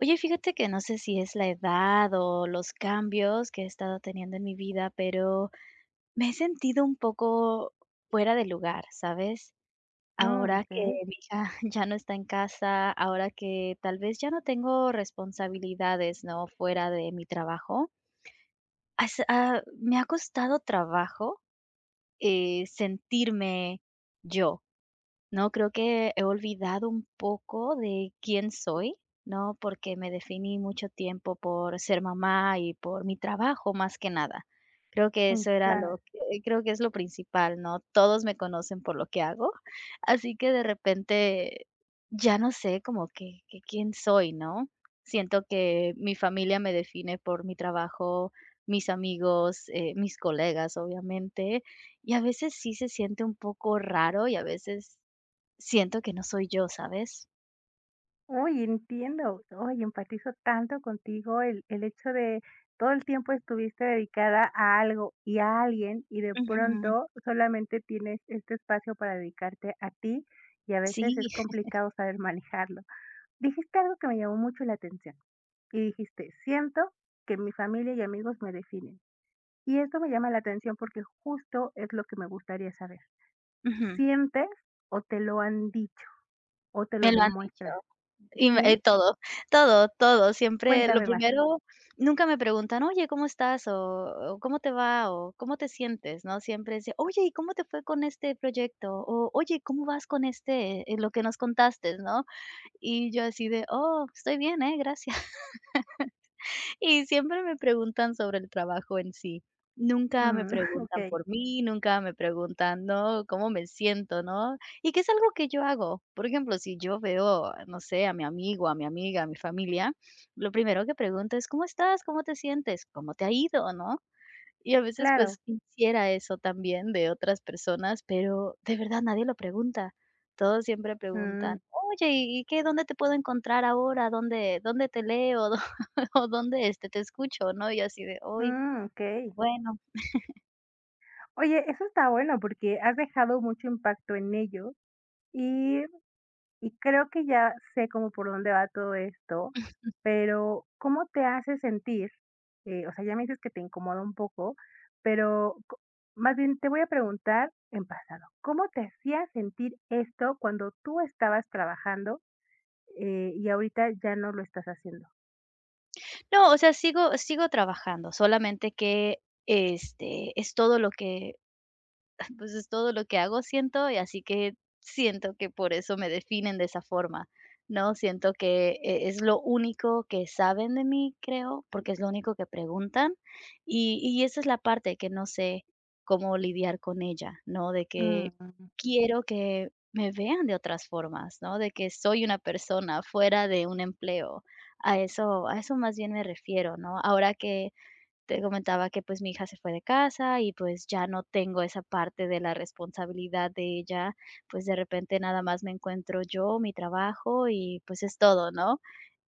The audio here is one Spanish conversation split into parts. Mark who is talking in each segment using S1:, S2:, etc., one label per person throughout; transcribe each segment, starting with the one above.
S1: Oye, fíjate que no sé si es la edad o los cambios que he estado teniendo en mi vida, pero me he sentido un poco fuera de lugar, ¿sabes?
S2: Mm,
S1: Ahora que
S2: okey,
S1: mi hija ya no está en casa, ahora que tal vez ya no tengo responsabilidades, ¿no? Fuera de mi trabajo, me ha costado trabajo sentirme yo, no, creo que he olvidado un poco de quién soy, ¿no? Porque me definí mucho tiempo por ser mamá y por mi trabajo más que nada. Creo que
S2: mm,
S1: eso era
S2: claro.
S1: lo que creo que es lo principal, ¿no? Todos me conocen por lo que hago, así que de repente ya no sé como que quién soy, ¿no? Siento que mi familia me define por mi trabajo, mis amigos, mis colegas, obviamente, y a veces sí se siente un poco raro y a veces siento que no soy yo, ¿sabes?
S2: Uy, entiendo. Uy, empatizo tanto contigo, el hecho de todo el tiempo estuviste dedicada a algo y a alguien, y de
S1: Ujú.
S2: pronto solamente tienes este espacio para dedicarte a ti, y a veces
S1: Sí,
S2: es complicado saber manejarlo. Dijiste algo que me llamó mucho la atención, y dijiste: "Siento que mi familia y amigos me definen". Y esto me llama la atención porque justo es lo que me gustaría saber.
S1: ujú,
S2: ¿Sientes o te lo han dicho, o te lo
S1: me lo han dicho.
S2: demuestran?
S1: Y me
S2: ¿Sí?
S1: eh, todo, todo, todo, siempre lo
S2: Cuéntame más.
S1: primero nunca me preguntan: "Oye, ¿cómo estás?", o "¿Cómo te va?", o "¿Cómo te sientes?", ¿no? Siempre es de: "Oye, ¿y cómo te fue con este proyecto?", o "Oye, ¿cómo vas con este, lo que nos contaste?", ¿no? Y yo así de: "Oh, estoy bien, gracias". Y siempre me preguntan sobre el trabajo en sí. Nunca me
S2: Mm,
S1: preguntan
S2: okey,
S1: por mí, nunca me preguntan, ¿no? ¿Cómo me siento, no? Y que es algo que yo hago. Por ejemplo, si yo veo, no sé, a mi amigo, a mi amiga, a mi familia, lo primero que pregunto es, ¿cómo estás? ¿Cómo te sientes? ¿Cómo te ha ido, no? Y a veces, pues,
S2: claro.
S1: quisiera eso también de otras personas, pero de verdad nadie lo pregunta. Todos siempre preguntan,
S2: Mm,
S1: oye, ¿y qué? ¿Dónde te puedo encontrar ahora? ¿Dónde te leo? O dónde, este, te escucho, ¿no? Y así de, hoy
S2: mm, okey.
S1: bueno.
S2: Oye, eso está bueno porque has dejado mucho impacto en ellos y y creo que ya sé como por dónde va todo esto, pero, ¿cómo te hace sentir? O sea, ya me dices que te incomoda un poco, pero co más bien te voy a preguntar en pasado, ¿cómo te hacía sentir esto cuando tú estabas trabajando, y ahorita ya no lo estás haciendo?
S1: No, o sea, sigo trabajando, solamente que, este, es todo lo que pues es todo lo que hago, siento, y así que siento que por eso me definen de esa forma, ¿no? Siento que es lo único que saben de mí, creo, porque es lo único que preguntan. Y esa es la parte que no sé cómo lidiar con ella, ¿no? De que
S2: Mm.
S1: quiero que me vean de otras formas, ¿no? De que soy una persona fuera de un empleo. A eso más bien me refiero, ¿no? Ahora que te comentaba que pues mi hija se fue de casa y pues ya no tengo esa parte de la responsabilidad de ella, pues de repente nada más me encuentro yo, mi trabajo y pues es todo, ¿no?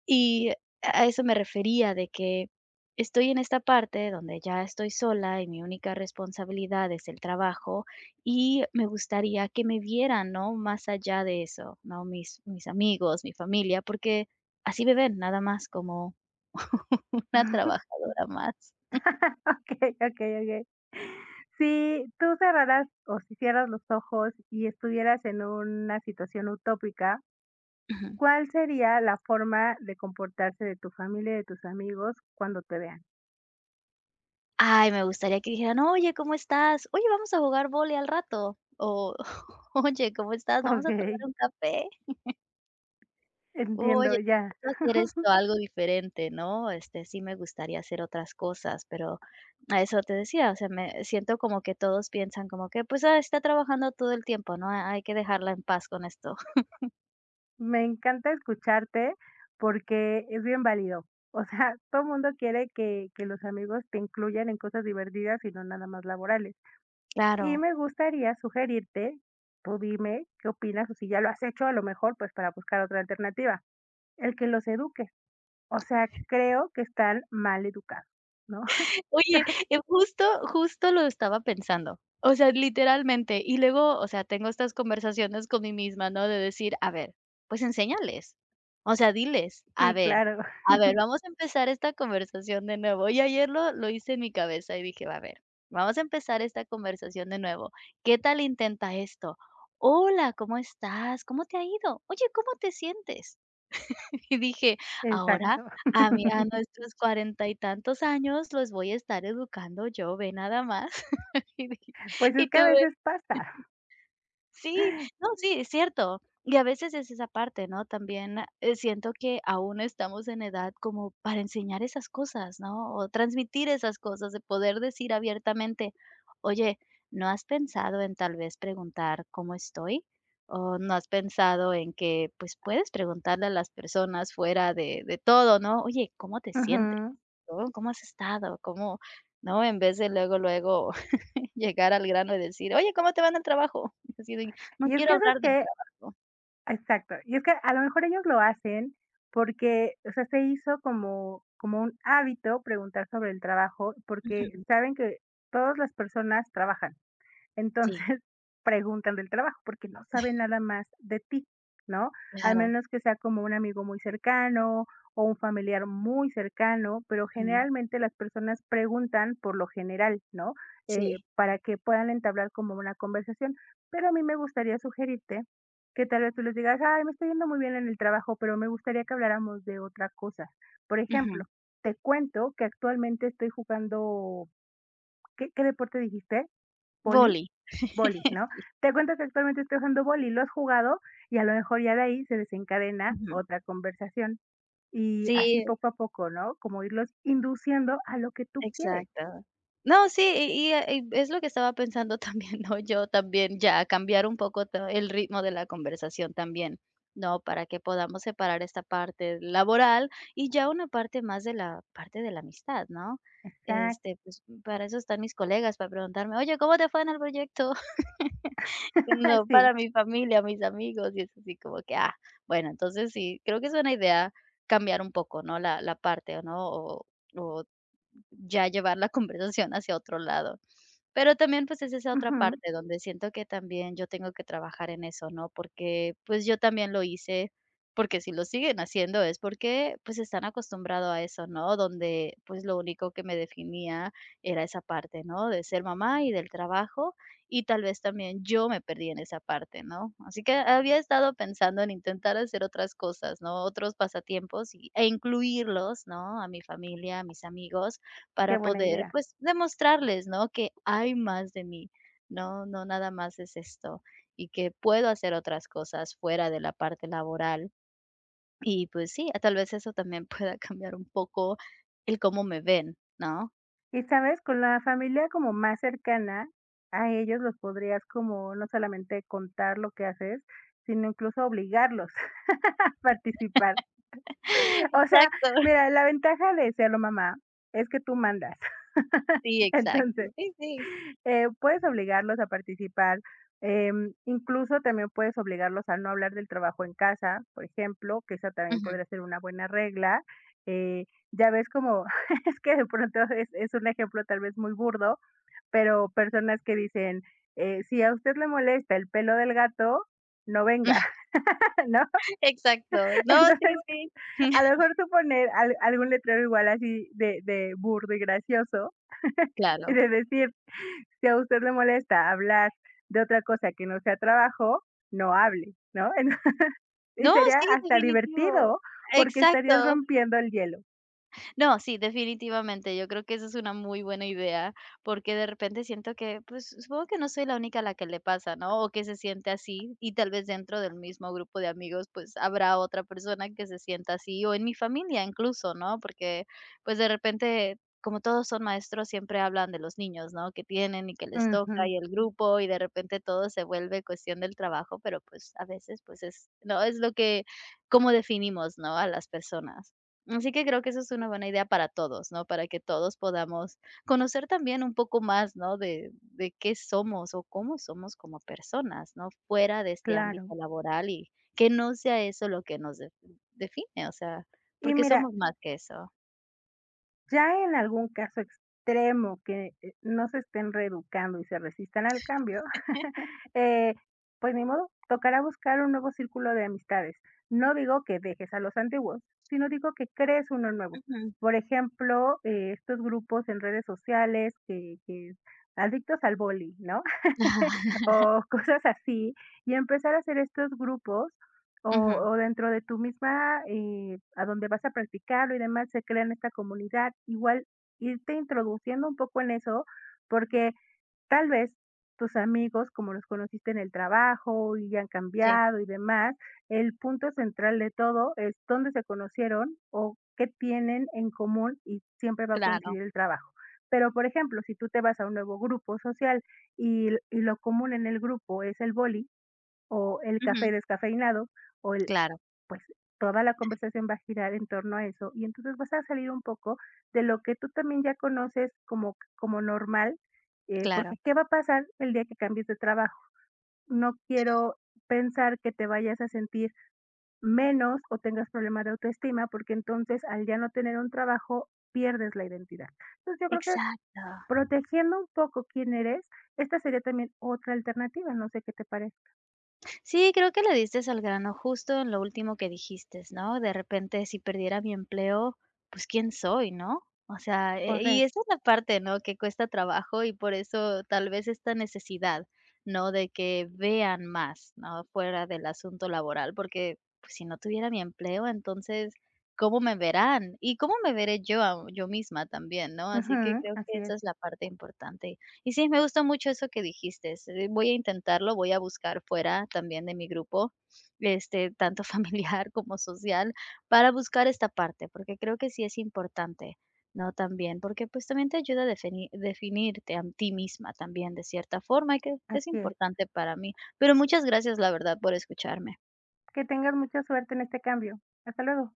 S1: Y a eso me refería de que estoy en esta parte donde ya estoy sola y mi única responsabilidad es el trabajo y me gustaría que me vieran, ¿no? Más allá de eso, ¿no? Mis amigos, mi familia, porque así me ven nada más como una trabajadora más.
S2: Okey, okey, okey. Si tú cerraras o si cierras los ojos y estuvieras en una situación utópica,
S1: Ujú.
S2: ¿cuál sería la forma de comportarse de tu familia y de tus amigos cuando te vean?
S1: Ay, me gustaría que dijeran: "Oye, ¿cómo estás? Oye, vamos a jugar vóley al rato". O: "Oye, ¿cómo estás? Vamos a tomar
S2: Okey,
S1: un café". Oye,
S2: entiendo, ya.
S1: quiero hacer esto, algo diferente, ¿no? Este, sí me gustaría hacer otras cosas, pero a eso te decía, o sea, me siento como que todos piensan como que, pues, ah, está trabajando todo el tiempo, ¿no? Hay que dejarla en paz con esto.
S2: Me encanta escucharte porque es bien válido. O sea, todo mundo quiere que los amigos te incluyan en cosas divertidas y no nada más laborales. Y
S1: Claro.
S2: me gustaría sugerirte, tú dime qué opinas, o si ya lo has hecho, a lo mejor, pues, para buscar otra alternativa. El que los eduque. O sea, creo que están mal educados, ¿no?
S1: Oye, justo justo lo estaba pensando. O sea, literalmente. Y luego, o sea, tengo estas conversaciones con mí misma, ¿no? De decir: "A ver, pues enséñales". O sea, diles:
S2: Sí, claro,
S1: a ver, vamos a empezar esta conversación de nuevo". Y ayer lo hice en mi cabeza y dije: "A ver, vamos a empezar esta conversación de nuevo. ¿Qué tal intenta esto? Hola, ¿cómo estás? ¿Cómo te ha ido? Oye, ¿cómo te sientes?". Y dije, ahora
S2: exacto.
S1: a mí a nuestros 40 y tantos años los voy a estar educando yo, ve nada más. Y dije
S2: Pues es
S1: y
S2: que a
S1: tuve
S2: veces pasa.
S1: Sí, no, sí, es cierto. Y a veces es esa parte, ¿no? También, siento que aún estamos en edad como para enseñar esas cosas, ¿no? O transmitir esas cosas, de poder decir abiertamente: "Oye, ¿no has pensado en tal vez preguntar cómo estoy? O, ¿no has pensado en que, pues, puedes preguntarle a las personas fuera de todo, ¿no? Oye, ¿cómo te sientes?
S2: Ujú.
S1: ¿No? ¿Cómo has estado? ¿Cómo?", ¿no? En vez de luego, luego llegar al grano y decir: "Oye, ¿cómo te va en el trabajo?" Así de: "No
S2: Y es
S1: quiero
S2: que, eso
S1: hablar
S2: es
S1: del
S2: que,
S1: trabajo".
S2: Exacto. Y es que a lo mejor ellos lo hacen porque, o sea, se hizo como, como un hábito preguntar sobre el trabajo, porque
S1: Ujú.
S2: saben que todas las personas trabajan.
S1: Sí,
S2: Entonces, preguntan del trabajo, porque no saben nada más de ti, ¿no? Al
S1: claro.
S2: menos que sea como un amigo muy cercano o un familiar muy cercano, pero
S1: Ujú.
S2: generalmente las personas preguntan por lo general, ¿no? Eh,
S1: Sí.
S2: para que puedan entablar como una conversación. Pero a mí me gustaría sugerirte que tal vez tú les digas, ay, me está yendo muy bien en el trabajo, pero me gustaría que habláramos de otra cosa. Por ejemplo,
S1: Ujú.
S2: te cuento que actualmente estoy jugando, ¿qué, qué deporte dijiste? ¿Poli?
S1: Vóley.
S2: Vóley, ¿no?
S1: Sí.
S2: Te cuentas que actualmente estoy jugando vóley, ¿lo has jugado? Y a lo mejor ya de ahí se desencadena
S1: Ujú.
S2: otra conversación y así
S1: Sí,
S2: poco a poco, ¿no? Como irlos induciendo a lo que tú quieres.
S1: exacto. No, sí, y es lo que estaba pensando también, ¿no? Yo también ya cambiar un poco el ritmo de la conversación también, ¿no? Para que podamos separar esta parte laboral y ya una parte más de la parte de la amistad, ¿no?
S2: Exacto.
S1: Este, pues para eso están mis colegas, para preguntarme, oye, ¿cómo te fue en el proyecto? Que no,
S2: Sí.
S1: para mi familia, mis amigos, y es así como que, ah, bueno, entonces sí, creo que es buena idea cambiar un poco, ¿no? La parte, ¿no? O ya llevar la conversación hacia otro lado. Pero también, pues, es esa otra
S2: Ujú.
S1: parte donde siento que también yo tengo que trabajar en eso, ¿no? Porque, pues, yo también lo hice, porque si lo siguen haciendo es porque, pues, están acostumbrados a eso, ¿no? Donde, pues, lo único que me definía era esa parte, ¿no? De ser mamá y del trabajo, y tal vez también yo me perdí en esa parte, ¿no? Así que había estado pensando en intentar hacer otras cosas, ¿no? Otros pasatiempos y e incluirlos, ¿no? A mi familia, a mis amigos, para
S2: Qué buena
S1: poder,
S2: idea.
S1: pues, demostrarles, ¿no? Que hay más de mí, ¿no? No nada más es esto y que puedo hacer otras cosas fuera de la parte laboral. Y pues sí, tal vez eso también pueda cambiar un poco el cómo me ven, ¿no?
S2: Y sabes, con la familia como más cercana, a ellos los podrías como no solamente contar lo que haces, sino incluso obligarlos a participar. O sea,
S1: Exacto,
S2: mira, la ventaja de serlo mamá es que tú mandas.
S1: sí, exacto,
S2: Entonces
S1: sí, sí.
S2: puedes obligarlos a participar, incluso también puedes obligarlos a no hablar del trabajo en casa, por ejemplo, que esa también
S1: Ujú.
S2: podría ser una buena regla. Eh, ya ves como, es que de pronto es un ejemplo tal vez muy burdo, pero personas que dicen, si a usted le molesta el pelo del gato, no venga, ¿no?
S1: Exacto, no,
S2: Entonces,
S1: sí, sí.
S2: a lo mejor tú poner algún letrero igual así de burdo y gracioso y
S1: Claro.
S2: de decir, si a usted le molesta hablar de otra cosa que no sea trabajo, no hable, ¿no? Y
S1: No,
S2: sería
S1: sí,
S2: hasta
S1: definitivo.
S2: divertido porque estarías
S1: Exacto.
S2: rompiendo el hielo.
S1: No, sí, definitivamente. Yo creo que esa es una muy buena idea, porque de repente siento que, pues, supongo que no soy la única a la que le pasa, ¿no? O que se siente así, y tal vez dentro del mismo grupo de amigos, pues, habrá otra persona que se sienta así, o en mi familia incluso, ¿no? Porque, pues, de repente, como todos son maestros, siempre hablan de los niños, ¿no? Que tienen y que les toca
S2: Ujú,
S1: y el grupo, y de repente todo se vuelve cuestión del trabajo, pero pues a veces, pues es, no, es lo que, cómo definimos, ¿no? A las personas. Así que creo que eso es una buena idea para todos, ¿no? Para que todos podamos conocer también un poco más, ¿no? De qué somos o cómo somos como personas, ¿no? Fuera de este ámbito
S2: claro.
S1: laboral y que no sea eso lo que nos define, o sea,
S2: Y
S1: porque
S2: mira,
S1: somos más que eso.
S2: ya en algún caso extremo que, no se estén reeducando y se resistan al cambio, eh, pues ni modo, tocará buscar un nuevo círculo de amistades. No digo que dejes a los antiguos, sino digo que crees uno nuevo.
S1: Ujú.
S2: Por ejemplo, estos grupos en redes sociales que adictos al boli, ¿no? O cosas así, y empezar a hacer estos grupos o
S1: Ujú,
S2: o dentro de tu misma, a donde vas a practicarlo y demás, se crean esta comunidad. Igual irte introduciendo un poco en eso, porque tal vez tus amigos, como los conociste en el trabajo y ya han
S1: sí,
S2: cambiado y demás, el punto central de todo es dónde se conocieron o qué tienen en común y siempre va a
S1: claro.
S2: coincidir el trabajo. Pero, por ejemplo, si tú te vas a un nuevo grupo social y lo común en el grupo es el boli o el
S1: Ujú,
S2: café descafeinado o el
S1: claro,
S2: pues toda la conversación va a girar en torno a eso y entonces vas a salir un poco de lo que tú también ya conoces como, como normal,
S1: claro.
S2: porque ¿qué va a pasar el día que cambies de trabajo? No quiero pensar que te vayas a sentir menos o tengas problemas de autoestima, porque entonces al ya no tener un trabajo pierdes la identidad. Entonces yo creo que
S1: Exacto.
S2: protegiendo un poco quién eres, esta sería también otra alternativa, no sé qué te parece.
S1: Sí, creo que le diste al grano justo en lo último que dijiste, ¿no? De repente, si perdiera mi empleo, pues, ¿quién soy, no? O sea, y
S2: Correcto.
S1: esa es la parte, ¿no? Que cuesta trabajo y por eso tal vez esta necesidad, ¿no? De que vean más, ¿no? Fuera del asunto laboral, porque, pues, si no tuviera mi empleo, entonces, ¿cómo me verán? Y, ¿cómo me veré yo a yo misma también, no? Así que
S2: Ujú,
S1: creo que
S2: así
S1: esa
S2: es,
S1: es la parte importante. Y sí, me gusta mucho eso que dijiste, voy a intentarlo, voy a buscar fuera también de mi grupo, este, tanto familiar como social, para buscar esta parte, porque creo que sí es importante, ¿no? También, porque pues también te ayuda a definirte a ti misma también de cierta forma, y que es
S2: así es.
S1: importante para mí. Pero muchas gracias, la verdad, por escucharme.
S2: Que tengas mucha suerte en este cambio. Hasta luego.